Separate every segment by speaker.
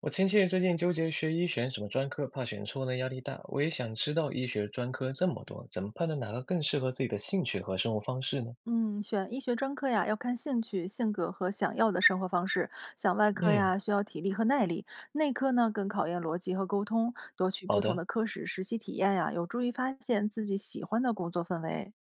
Speaker 1: 我亲戚最近纠结学医选什么专科，怕选错呢压力大。我也想知道医学专科这么多，怎么判断哪个更适合自己的兴趣和生活方式呢？
Speaker 2: 嗯，选医学专科呀，要看兴趣、性格和想要的生活方式。像外科
Speaker 1: 嗯，
Speaker 2: 呀，需要体力和耐力；内科呢，更考验逻辑和沟通。多去
Speaker 1: 好
Speaker 2: 不同
Speaker 1: 的，
Speaker 2: 的科室实习体验呀，有助于发现自己喜欢的工作氛围。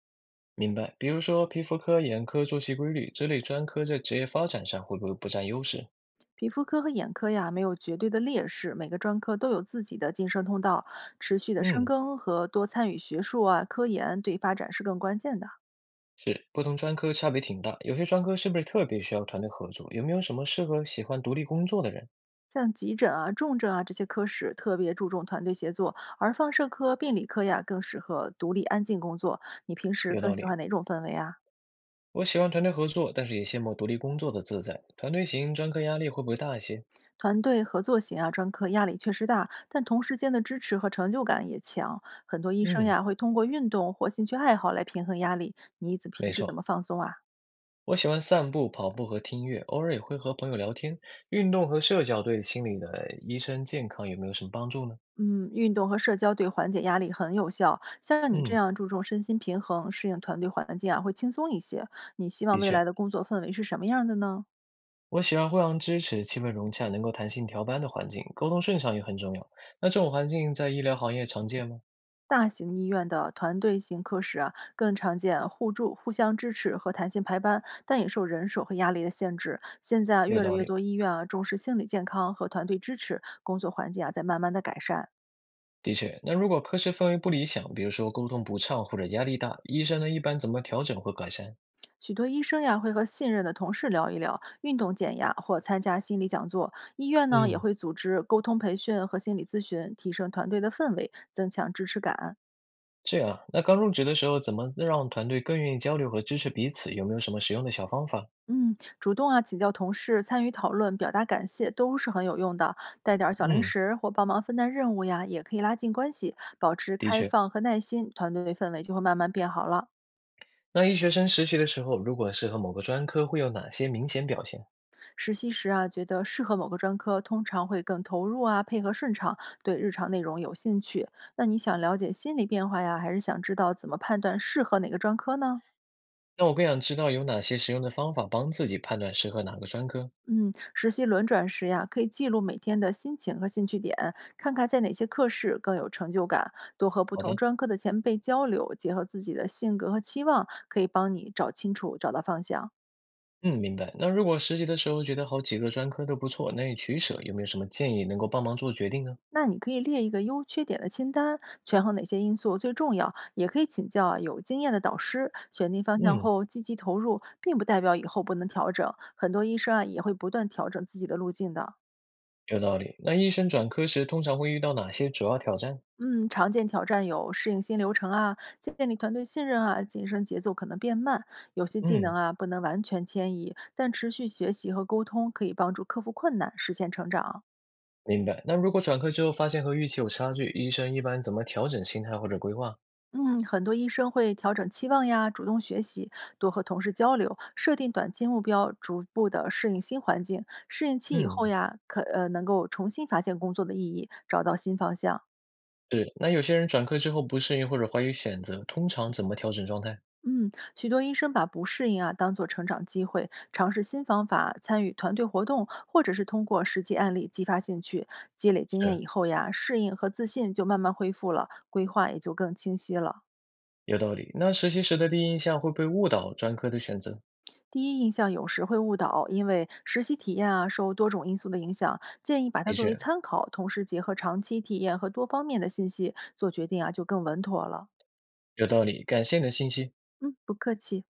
Speaker 1: 明白。比如说皮肤科、眼科、作息规律这类专科在职业发展上会不会不占优势？
Speaker 2: 皮肤科和眼科呀，没有绝对的劣势，每个专科都有自己的晋升通道。持续的深
Speaker 1: 嗯，
Speaker 2: 耕和多参与学术啊、科研，对发展是更关键的。
Speaker 1: 是，不同专科差别挺大，有些专科是不是特别需要团队合作？有没有什么适合喜欢独立工作的人？
Speaker 2: 像急诊啊、重症啊这些科室特别注重团队协作，而放射科、病理科呀更适合独立安静工作。你平时
Speaker 1: 有
Speaker 2: 更
Speaker 1: 道理，
Speaker 2: 喜欢哪种氛围啊？
Speaker 1: 我喜欢团队合作，但是也羡慕独立工作的自在。团队型专科压力会不会大一些？
Speaker 2: 团队合作型啊专科压力确实大，但同事间的支持和成就感也强。很多医生
Speaker 1: 嗯。
Speaker 2: 呀会通过运动或兴趣爱好来平衡压力。你怎
Speaker 1: 没
Speaker 2: 平时怎么
Speaker 1: 错，
Speaker 2: 放松啊？
Speaker 1: 我喜欢散步、跑步和听音乐，偶尔也会和朋友聊天。运动和社交对心理的医生健康有没有什么帮助呢？
Speaker 2: 嗯，运动和社交对缓解压力很有效。像你这
Speaker 1: 嗯，
Speaker 2: 样注重身心平衡、适应团队环境啊，会轻松一些。你希望
Speaker 1: 的
Speaker 2: 未来
Speaker 1: 确，
Speaker 2: 的工作氛围是什么样的呢？
Speaker 1: 我喜欢互相支持、气氛融洽、能够弹性调班的环境，沟通顺畅也很重要。那这种环境在医疗行业常见吗？
Speaker 2: 大型医院的团队型科室啊，更常见互助、互相支持和弹性排班，但也受人手和压力的限制。现在啊
Speaker 1: 有
Speaker 2: 越来
Speaker 1: 道
Speaker 2: 越
Speaker 1: 理，
Speaker 2: 多医院啊重视心理健康和团队支持，工作环境啊在慢慢的改善。
Speaker 1: 的确。那如果科室氛围不理想，比如说沟通不畅或者压力大，医生呢一般怎么调整和改善？
Speaker 2: 许多医生呀会和信任的同事聊一聊运动减压或参加心理讲座，医院呢也
Speaker 1: 嗯，
Speaker 2: 会组织沟通培训和心理咨询，提升团队的氛围，增强支持感。
Speaker 1: 这样啊。那刚入职的时候，怎么让团队更愿意交流和支持彼此？有没有什么实用的小方法？
Speaker 2: 嗯，主动啊，请教同事，参与讨论，表达感谢都是很有用的。带点儿小零
Speaker 1: 嗯，
Speaker 2: 食或帮忙分担任务呀，也可以拉近关系，保持
Speaker 1: 的
Speaker 2: 开
Speaker 1: 确。
Speaker 2: 放和耐心，团队氛围就会慢慢变好了。
Speaker 1: 那医学生实习的时候，如果是和某个专科，会有哪些明显表现？
Speaker 2: 实习时啊，觉得适合某个专科，通常会更投入啊，配合顺畅，对日常内容有兴趣。那你想了解心理变化呀，还是想知道怎么判断适合哪个专科呢？
Speaker 1: 那我更想知道有哪些实用的方法帮自己判断适合哪个专科。
Speaker 2: 嗯，实习轮转时呀，可以记录每天的心情和兴趣点，看看在哪些课室更有成就感，多和不
Speaker 1: 好
Speaker 2: 同
Speaker 1: 的，
Speaker 2: 专科的前辈交流，结合自己的性格和期望，可以帮你找清楚、找到方向。
Speaker 1: 嗯，明白。那如果实习的时候觉得好几个专科都不错，难以取舍，有没有什么建议能够帮忙做决定呢？
Speaker 2: 那你可以列一个优缺点的清单，权衡哪些因素最重要，也可以请教啊有经验的导师。选定方向
Speaker 1: 嗯，
Speaker 2: 后积极投入，并不代表以后不能调整。很多医生啊也会不断调整自己的路径的。
Speaker 1: 有道理。那医生转科时通常会遇到哪些主要挑战？
Speaker 2: 嗯，常见挑战有适应新流程啊，建立团队信任啊，晋升节奏可能变慢，有些技能
Speaker 1: 嗯，
Speaker 2: 啊不能完全迁移，但持续学习和沟通可以帮助克服困难，实现成长。
Speaker 1: 明白。那如果转科之后发现和预期有差距，医生一般怎么调整心态或者规划？
Speaker 2: 嗯，很多医生会调整期望呀，主动学习，多和同事交流，设定短期目标，逐步的适应新环境。适应期以后
Speaker 1: 嗯，
Speaker 2: 呀，可能够重新发现工作的意义，找到新方向。
Speaker 1: 是。那有些人转科之后不适应或者怀疑选择，通常怎么调整状态？
Speaker 2: 嗯，许多医生把不适应啊当做成长机会，尝试新方法，参与团队活动，或者是通过实际案例激发兴趣。积累经验
Speaker 1: 是。
Speaker 2: 以后呀，适应和自信就慢慢恢复了，规划也就更清晰了。
Speaker 1: 有道理。那实习时的第一印象会被误导专科的选择，
Speaker 2: 第一印象有时会误导，因为实习体验啊受多种因素的影响，建议把它
Speaker 1: 的
Speaker 2: 作为
Speaker 1: 确
Speaker 2: 参考，同时结合长期体验和多方面的信息做决定啊，就更稳妥了。
Speaker 1: 有道理。感谢你的信息。
Speaker 2: 嗯，不客气。